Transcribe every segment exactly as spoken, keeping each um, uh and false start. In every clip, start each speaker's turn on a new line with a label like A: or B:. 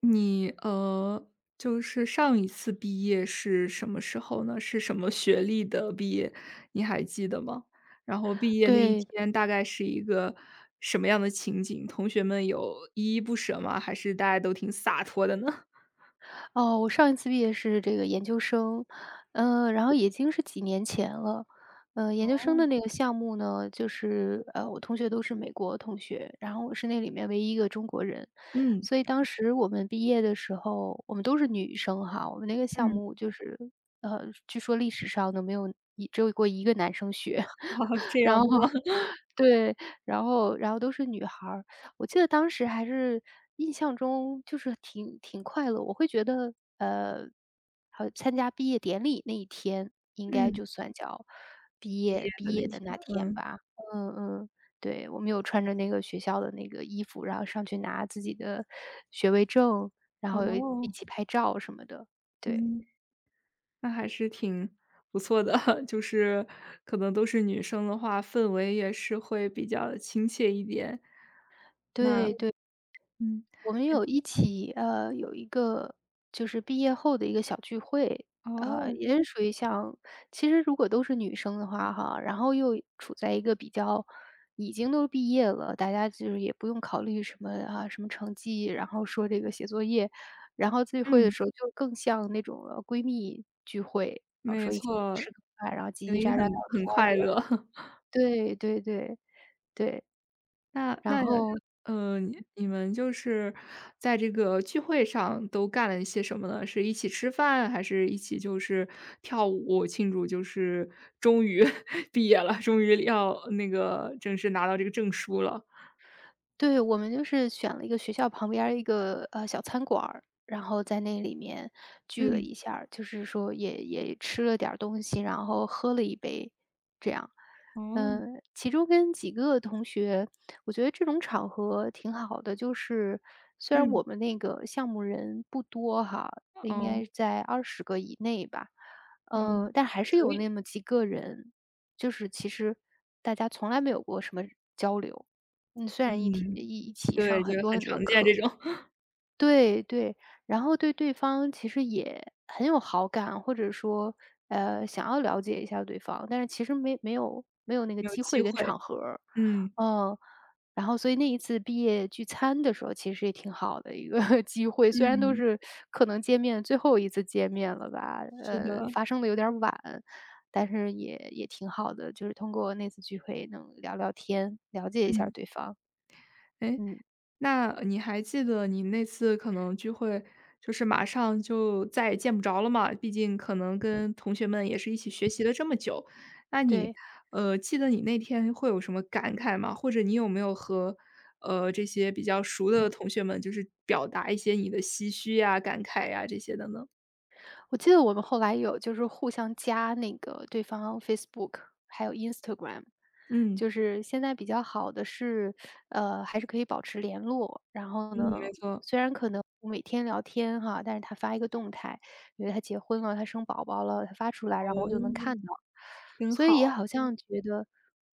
A: 你呃，就是上一次毕业是什么时候呢？是什么学历的毕业，你还记得吗？然后毕业那一
B: 对，
A: 天大概是一个什么样的情景？同学们有依依不舍吗？还是大家都挺洒脱的呢？
B: 哦，我上一次毕业是这个研究生，嗯，然后已经是几年前了。嗯，研究生的
A: 哦。
B: 那个项目呢，就是呃，我同学都是美国同学，然后我是那里面唯一一个中国人，
A: 嗯，
B: 所以当时我们毕业的时候，我们都是女生哈，我们那个项
A: 嗯，
B: 目就是呃，据说历史上都没有一只有过一个男生学，
A: 哦，这
B: 然
A: 样
B: 后
A: 的吗？
B: 对，然后然后都是女孩儿。我记得当时还是印象中就是挺挺快乐，我会觉得，呃，好参加毕业典礼那一天，应该
A: 嗯，
B: 就算叫毕
A: 毕业
B: 业
A: 的
B: 毕
A: 那
B: 业
A: 天，
B: 的那天
A: 嗯，
B: 吧。嗯嗯，对，我们有穿着那个学校的那个衣服，然后上去拿自己的学位证，然后有一一
A: 哦，
B: 起拍照什么的，对，
A: 嗯。那还是挺不错的，就是可能都是女生的话，氛围也是会比较亲切一点。那嗯
B: 对对。
A: 嗯
B: 我们有一起，呃，有一个就是毕业后的一个小聚会，呃，
A: 哦，
B: 也是属于像其实如果都是女生的话哈，然后又处在一个比较已经都毕业了，大家就是也不用考虑什么啊什么成绩，然后说这个写作业，然后聚会的
A: 嗯，
B: 时候就更像那种呃闺蜜聚会啊，
A: 没
B: 说一起
A: 错，
B: 吃个饭，然后叽
A: 肯
B: 叽喳
A: 定
B: 喳聊
A: 很很
B: 天儿
A: 快
B: 这样。
A: 乐。
B: 对对对对，
A: 那
B: 然
A: 那，
B: 后
A: 呃，你你们就是在这个聚会上都干了一些什么呢？是一起吃饭，还是一起就是跳舞庆祝，就是终于 毕业了，终于要那个正式拿到这个证书了？
B: 对，我们就是选了一个学校旁边儿一个呃小餐馆儿，然后在那里面聚了
A: 嗯，
B: 一下儿就是说也也吃了点儿东西，然后喝了一杯，这样。
A: 哦。
B: 嗯，其中跟几个同学，我觉得这种场合挺好的，就是虽然
A: 嗯，
B: 我们那个项目人不多哈，应
A: 哦，
B: 该在二十个以内吧，
A: 嗯。
B: 嗯，但还
A: 也
B: 是
A: 可
B: 有
A: 以，
B: 那么几个人，就是其实大家从来没有过什么交流。嗯，虽然一体一
A: 嗯，
B: 一起上
A: 对，就
B: 很
A: 是
B: 多
A: 很
B: 很多
A: 常见这
B: 课，
A: 种，
B: 对对，然后对对方其实也很有好感，或者说，呃，想要了解一下对方，但是其实没没有没有那个
A: 没有
B: 机
A: 机
B: 会
A: 会，
B: 跟场合儿
A: 嗯。
B: 嗯，然后所以那一次毕业聚餐的时候，其实也挺好的一个 机会，虽然都
A: 嗯，
B: 是可能见面最后一次见面了吧，
A: 是
B: 呃，
A: 的，
B: 发生的有点儿晚，但是也也挺好的，就是通过那次聚会能聊聊天，了解一下
A: 嗯。
B: 对方，
A: 哎
B: 嗯。
A: 那你还记得你那次可能聚会，就是马上就再也见不着了嘛，毕竟可能跟同学们也是一起学习了这么久。那你，
B: 对，
A: 呃，记得你那天会有什么感慨吗？或者你有没有和，呃，这些比较熟的同学们，就是表达一些你的唏嘘呀、感慨呀这些的呢？
B: 我记得我们后来有就是互相加那个对方 Facebook,还有 Instagram,
A: 嗯。
B: 就是现在比较好的是，呃，还是可以保持联络。然后
A: 嗯，
B: 呢，
A: 没错。
B: 虽然可能不每天聊天哈，但是他发一个动态，比如他结婚了，他生宝宝了，他发出来，然后
A: 哦，
B: 我就能看到。
A: 真
B: 所以也
A: 好。
B: 好嗯像觉得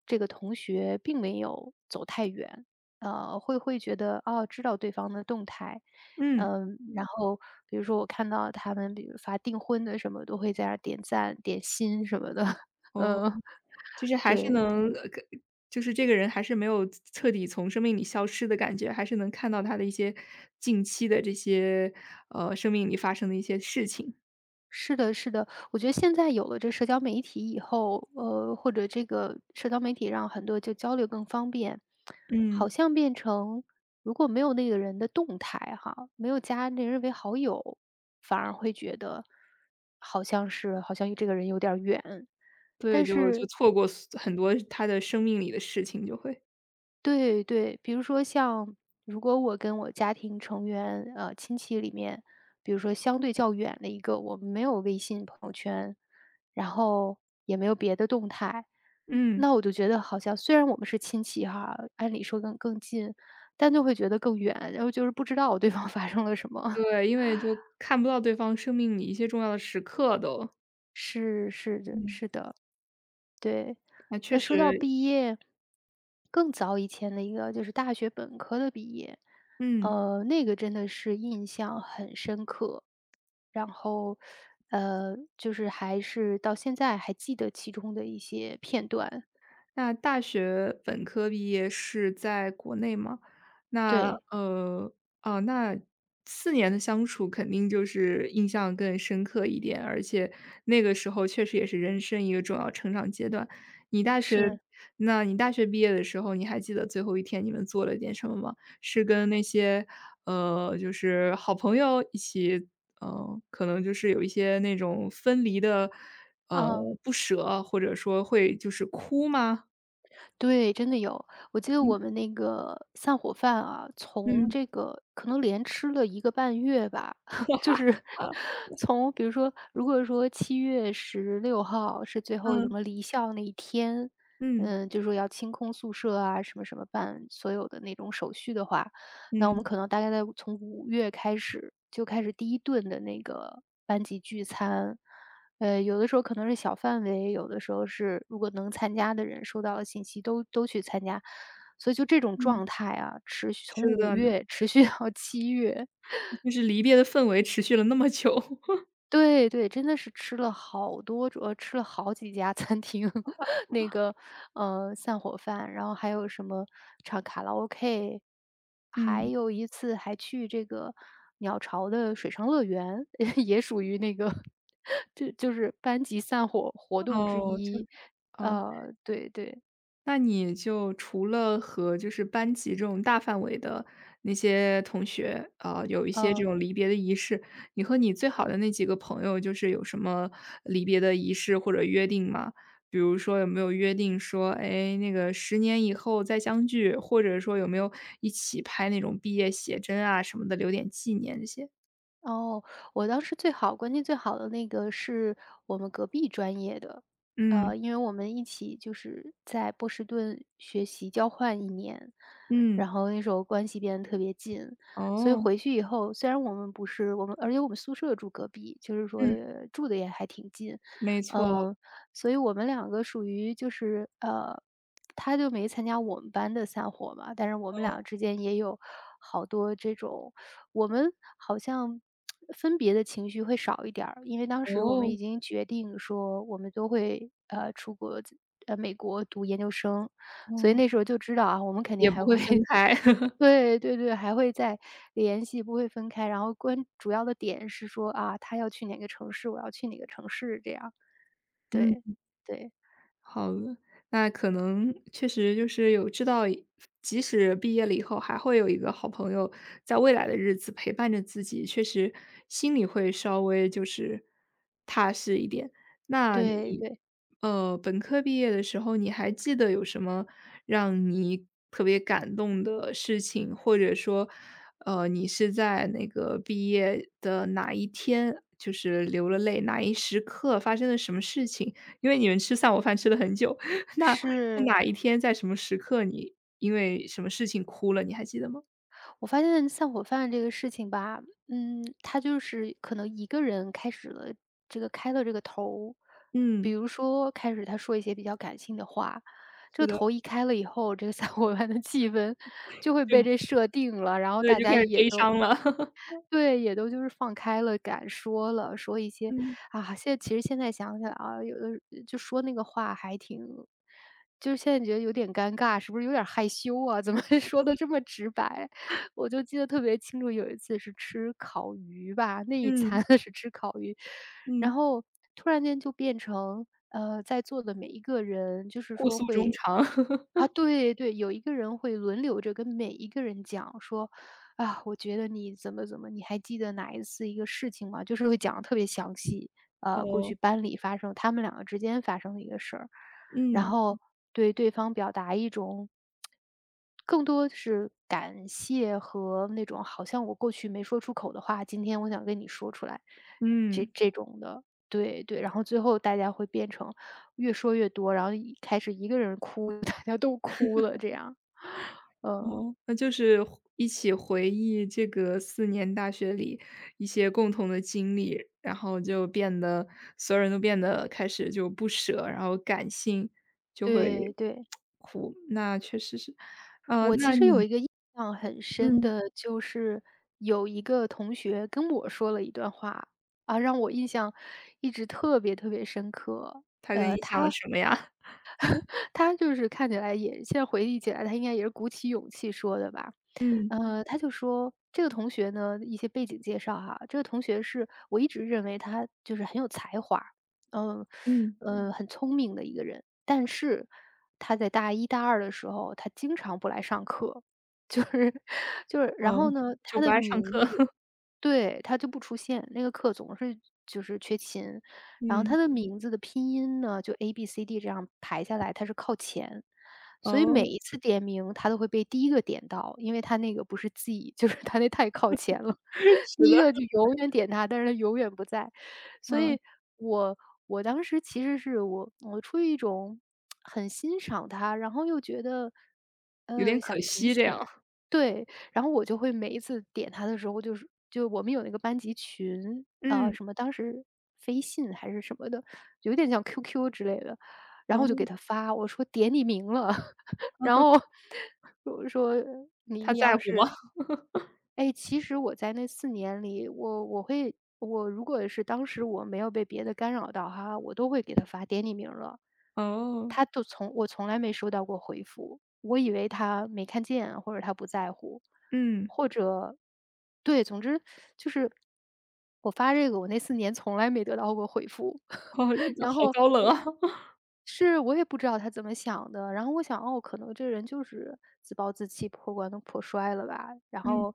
B: 这个同学并没有走太远。呃，会会觉得，哦，知道对方的动态。
A: 嗯，
B: 嗯，然后比如说我看到他们比如发订婚的什么，都会在那儿点赞、点心什么的，
A: 哦，
B: 嗯，
A: 就是还是
B: 对。
A: 能呃跟就是这个人还是没有彻底从生命里消失的感觉，还是能看到他的一些近期的这些，呃，生命里发生的一些事情。
B: 是的，是的，我觉得现在有了这社交媒体以后，呃，或者这个社交媒体让很多就交流更方便，
A: 嗯，
B: 好像变成如果没有那个人的动态哈，没有加那人为好友，反而会觉得好像是好像与这个人有点儿远，
A: 对，
B: 但
A: 就就
B: 是
A: 错过很多他的生命里的事情就会。
B: 对对，比如说像如果我跟我家庭成员，呃，亲戚里面，比如说相对较远的一个，我们没有微信朋友圈，然后也没有别的动态，
A: 嗯，
B: 那我就觉得好像虽然我们是亲戚哈，按理说更更近，但就会觉得更远，然后就是不知道对方 发生了什么。
A: 对，因为就看不到对方生命里一些重要的时刻都。
B: 是是的
A: 嗯，
B: 是的。对，
A: 那确
B: 那说到
A: 实
B: 毕业，更早以前的一个就是大学本科的毕业，
A: 嗯。
B: 呃，那个真的是印象很深刻，然后，呃，就是还是到现在还记得其中的一些片段。
A: 那大学本科毕业是在国内吗？那
B: 对，
A: 呃，哦，那四年的相处肯定就是印象更深刻一点，而且那个时候确实也是人生一个重要成长阶段。你大学嗯
B: 是，
A: 那你大学毕业的时候，你还记得最后一天你们做了点什么吗？是跟那些，呃，就是好朋友一起，呃，可能就是有一些那种分离的，呃，
B: 啊。
A: 不舍，或者说会就是哭吗？
B: 对，真的有。我记得
A: 嗯
B: 我们那个散伙饭啊，从
A: 嗯，
B: 这个可能连吃了一个半月吧，就是
A: 好
B: 从比如说，如果说七月十六号是最后什
A: 嗯，
B: 么离校那一天，
A: 嗯，
B: 嗯，就说要清空宿舍啊，什么什么办所有的那种手续的话，那我们
A: 嗯，
B: 可能大概在从五月开始，就开始第一顿的那个班级聚餐。呃，有的时候可能是小范围，有的时候是如果能参加的人收到了信息都都去参加，所以就这种
A: 嗯，
B: 状态啊，持续从
A: 是
B: 五
A: 的呢。
B: 月持续到七月。
A: 就是离别的氛围持续了那么久。
B: 对对，真的是吃了好多种呃，吃了好几家 餐厅，那个，呃，散伙饭，然后还有什么唱卡拉 OK,还
A: 嗯。
B: 有一次还去这个鸟巢的水上乐园，也属于那个 就就是班级散伙活动之
A: 哦，就
B: 一。
A: 哦。
B: 呃，对对，
A: 那你就除了和就是班级这种大范围的那些同学，啊，有一些这
B: 嗯。
A: 种离别的仪式，你和你最好的那几个朋友就是有什么离别的仪式或者约定吗？比如说有没有约定说，哎，那个十年以后再相聚，或者说有没有一起拍那种毕业写真啊什么的，留点纪念这些？
B: 哦，我当时最好关系最好的那个是我们隔壁专业的，
A: 嗯，
B: 呃，因为我们一起就是在波士顿学习交换一年，
A: 嗯，
B: 然后那时候关系变得特别近，所以
A: 哦，
B: 回去以后，虽然我们不是我们，而且我们宿舍住隔壁，就是说
A: 嗯，
B: 住的也还挺近，
A: 没错，
B: 嗯、所以我们两个属于就是呃，他就没参加我们班的散伙嘛，但是我们俩之间也有好多这种，我们好像分别的情绪会少一点儿，因为当时我们
A: 哦，
B: 已经决定说我们都会呃出国自呃美国读研究生，所以
A: 哦，
B: 那时候就知道啊，我们肯定
A: 也不
B: 还
A: 会
B: 会
A: 分 开。
B: 对对对，还会再联系，不会分开。然后关主要的点是说啊，他要去哪个城市，我要去哪个城市，这样对
A: 嗯。
B: 对。
A: 好的，那可能确实就是有知道，即使毕业了以后，还会有一个好朋友在未来的日子陪伴着自己，确实心里会稍微就是踏实一点。那
B: 对
A: 你，
B: 对，
A: 呃，本科毕业的时候，你还记得有什么让你特别感动的事情，或者说，呃，你是在那个毕业的哪一天，就是流了泪，哪一时刻发生了什么事情？因为你们吃散伙饭吃了很久，那是
B: 是。
A: 哪一天在什么时刻你因为什么事情哭了，你还记得吗？
B: 我发现散伙饭这个事情吧，嗯，他就是可能一个人开始了这个开了这个头，比
A: 嗯，
B: 如说开始他说一些比较感性的话，这
A: 是
B: 个
A: 的，
B: 头一开了以后，这个散 伙饭的气氛就会
A: 就
B: 被这设定了，然后
A: 对，
B: 大
A: 就
B: 家
A: 开始
B: 也
A: 悲
B: 都
A: 伤了。
B: 对，也都就是放开了，敢说了，说一些
A: 嗯，
B: 啊，现在其实现在想起来啊，有的就说那个话还挺就是现在觉得有点尴尬，是不是有点害羞啊？怎么会说的这么直白？我就记得特别清楚，有一次是吃烤鱼吧，那一餐
A: 嗯，
B: 是吃烤鱼，然
A: 嗯，
B: 后突然间就变成呃，在座的每一个人就是
A: 互
B: 说
A: 诉衷
B: 会。
A: 肠。
B: 啊，对对，有一个人会轮流着跟每一个人讲说，啊，我觉得你怎么怎么，你还记得哪一次一个事情吗？就是会讲的特别详细，呃，过
A: 哦，
B: 去班里发生他们两个之间发生的一个事儿，然
A: 嗯，
B: 后对对方表达一种更多是感谢和那种好像我过去没说出口的话，今天我想跟你说出来，这
A: 嗯。
B: 这种的。对对，然后最后大家会变成越说越多，然后一开始一个人哭，大家都哭了，这样。嗯，
A: 哦，那就是回一起回忆这个四年大学里一些共同的经历，然后就变得所有人都变得开始就不舍，然后感性，就会
B: 对对。
A: 哭，那确实是。啊，
B: 我其
A: 那
B: 实有
A: 你
B: 一个印象很深
A: 嗯，
B: 的，就是有一个同学跟我说了一段话，啊，让我印象一直特别特别深刻。
A: 他跟你讲了什么呀？
B: 他就是看起来也现在回忆起来，他应该也是鼓起勇气说的吧。
A: 嗯，
B: 嗯。呃他就说这个同学呢一些背景介绍哈，这个同学是我一直认为他就是很有才华，嗯，
A: 嗯。
B: 嗯。呃很聪明的一个人。但是他在大一大二的时候，他经常不来上课，就是 就是然
A: 哦，
B: 后呢，
A: 就
B: 他
A: 不
B: 的
A: 爱上
B: 名
A: 课，
B: 字， 对，他就不出现，那个课总是就是缺勤。然后
A: 嗯，
B: 他的名字的拼音呢，就 A B C D 这样排下来，他是靠前。所以每
A: 哦，
B: 一次点名他都会被第一个点到，因为他那个不是 Z，就是他那太靠前了，
A: 是
B: 第
A: 的，
B: 一个就永远点他，但是他永远不在。所
A: 嗯，
B: 以我我当时其实是我我出于一种很欣赏他，然后又觉得，
A: 有点
B: 呃，想
A: 可
B: 提
A: 惜这
B: 醒，
A: 样。
B: 对，然后我就会每一次点他的时候，就是就我们有那个班级群，呃，
A: 嗯，
B: 什么当时飞信还是什么的，有点像 Q Q 之类的，然后我就给
A: 哦，
B: 他发，我说点你名了。然后 我说：“你
A: 他
B: 你
A: 在
B: 要
A: 乎
B: 是”
A: 吗？
B: 哎，其实我在那四年里，我我会我如果是当时我没有被别的干扰到哈，我都会给他发点你名儿了。
A: 哦，
B: 他都从我从来没收到过回复，我以为他没看见，或者他不在乎，
A: 嗯，
B: 或者，对，总之就是我发这个，我那四年从来没得到过回复。
A: 哦，
B: 然
A: 好
B: 后
A: 高冷啊。
B: 是，我也不知道他怎么想的。然后我想，哦，可能这人就是自暴自弃、破罐子破摔了吧。然
A: 嗯
B: 后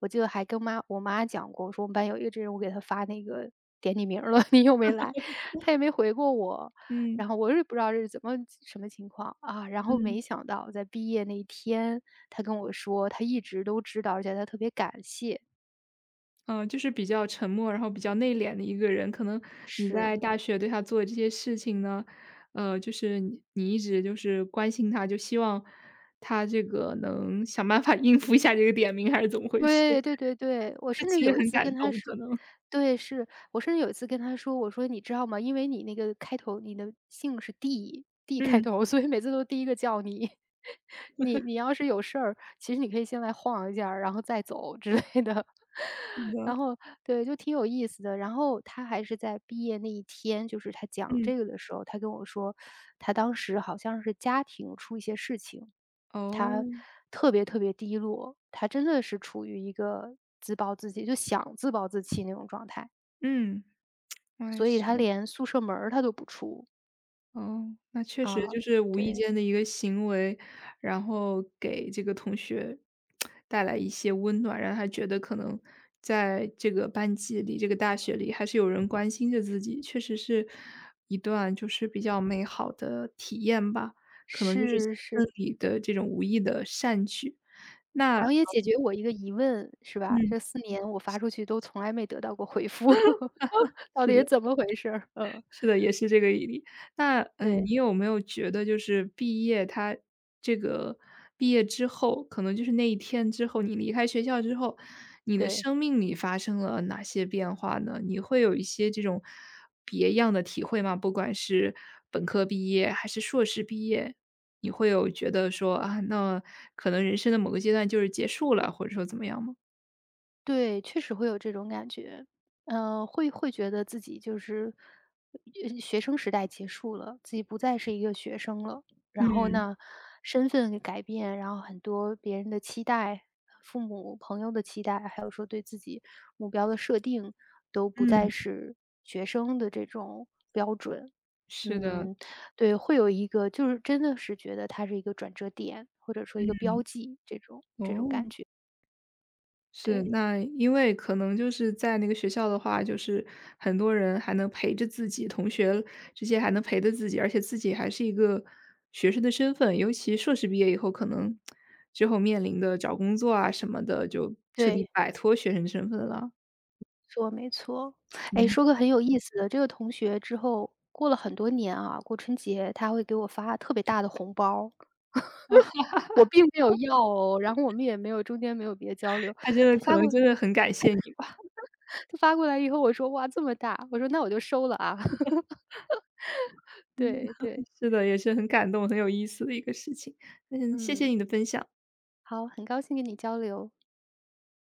B: 我记得还跟妈我妈讲过，我说我们班有一个这人，我给他发那个点你名儿了，你又没来，他也没回过我。
A: 嗯
B: 然后我也不知道这是怎么什么情况啊。然后
A: 嗯，
B: 没想到在毕业那一天，他跟我说他一直都知道，而且他特别感谢。
A: 呃，就是比较沉默，然后比较内敛的一个人。可能你
B: 是，
A: 在大学对他做的这些事情呢，呃，就是你你一直就是关心他，就希望他这个能想办法 应付一下这个点名，还是怎么回事？
B: 对对对对，我
A: 他
B: 甚
A: 其
B: 至
A: 实
B: 有一
A: 很
B: 次
A: 感
B: 跟他
A: 动，
B: 说，
A: 可能。
B: 对，是，我甚至有一次跟他说，我说：“你知道吗？因为你那个开头，你的姓是 D，D 开
A: 嗯，
B: 头，所以每次都第一个叫你。你你要是有事儿，其实你可以先来晃一下儿然后再走之类的。
A: 是 的，
B: 然后，对，就挺有意思的。然后他还是在毕业那一天，就是他讲
A: 嗯，
B: 这个的时候，他跟我说，他当时好像是家庭出一些事情。
A: 哦，
B: 他特别特别低落，他真的是处于一个自暴自弃，就想自暴自弃那种状态，
A: 嗯，我也
B: 所以
A: 是
B: 他
A: 的。
B: 连宿舍门儿他都不出
A: 哦，那确实
B: 啊，
A: 就是无意
B: 对，
A: 间的一个行为，然后给这个同学带来一些温暖，让他觉得可能在这个班级里、这个大学里还是有人关心着自己，确实是一段就是比较美好的体验吧。可能就是气
B: 是是，
A: 氛里的这种无意的善举，那
B: 然后也解决我一个疑问，是吧？
A: 嗯，
B: 这四年我发出去都从来没得到过回复，到
A: 是
B: 底
A: 的。
B: 是怎么回事儿？嗯，
A: 是的，也是这个毅力那，呃嗯。呃
B: 对
A: 你有没有觉得就是毕业他这个毕业之后，可能就是那一天之后，你离开学校之后，你的
B: 对。
A: 生命里发生了哪些变化呢？你会有一些这种别样的体会吗？不管是本科毕业还是硕士毕业，你会有觉得说，啊，那可能人生的某个阶段就是结束了，或者说怎么样吗？
B: 对，确实会有这种感觉。呃，会会觉得自己就是，呃学生时代结束了，自己不再是一个学生了。然后
A: 嗯，
B: 呢，身份改变，然后很多别人的期待、父母、朋友的期待，还有说对自己目标的设定，都不再
A: 嗯，
B: 是学生的这种标准。
A: 是的，
B: 嗯，对，会有一个就是真的是觉得它是一个转折点，或者说一个标记，这种这种感
A: 哦。
B: 觉。
A: 是，
B: 对，
A: 那因为可能就是在那个学校的话，就是很多人还能陪着自己，同学之间还能陪着自己，而且自己还是一个学生的身份，尤其硕士毕业以后，可能之后面临的找工作啊什么的，就彻底
B: 对。
A: 摆脱学生身份了。
B: 说没错。哎，
A: 嗯，
B: 说个很有意思的，这个同学之后过了很多年啊，过春节他会给我发特别大的红包，
A: 哇，
B: 我并没有要哦，然后我们也没有中间没有别的交流。
A: 他真的
B: 他
A: 可
B: 发
A: 能
B: 过
A: 真的很感谢你吧，
B: 他发过来以后，我说：“哇，这么大！”我说：“那我就收了啊。
A: 嗯
B: 对对，
A: 是的，也是很感动，很有意思的一个事情。嗯，谢谢
B: 嗯，
A: 你的分享。
B: 好，很高兴跟你交流。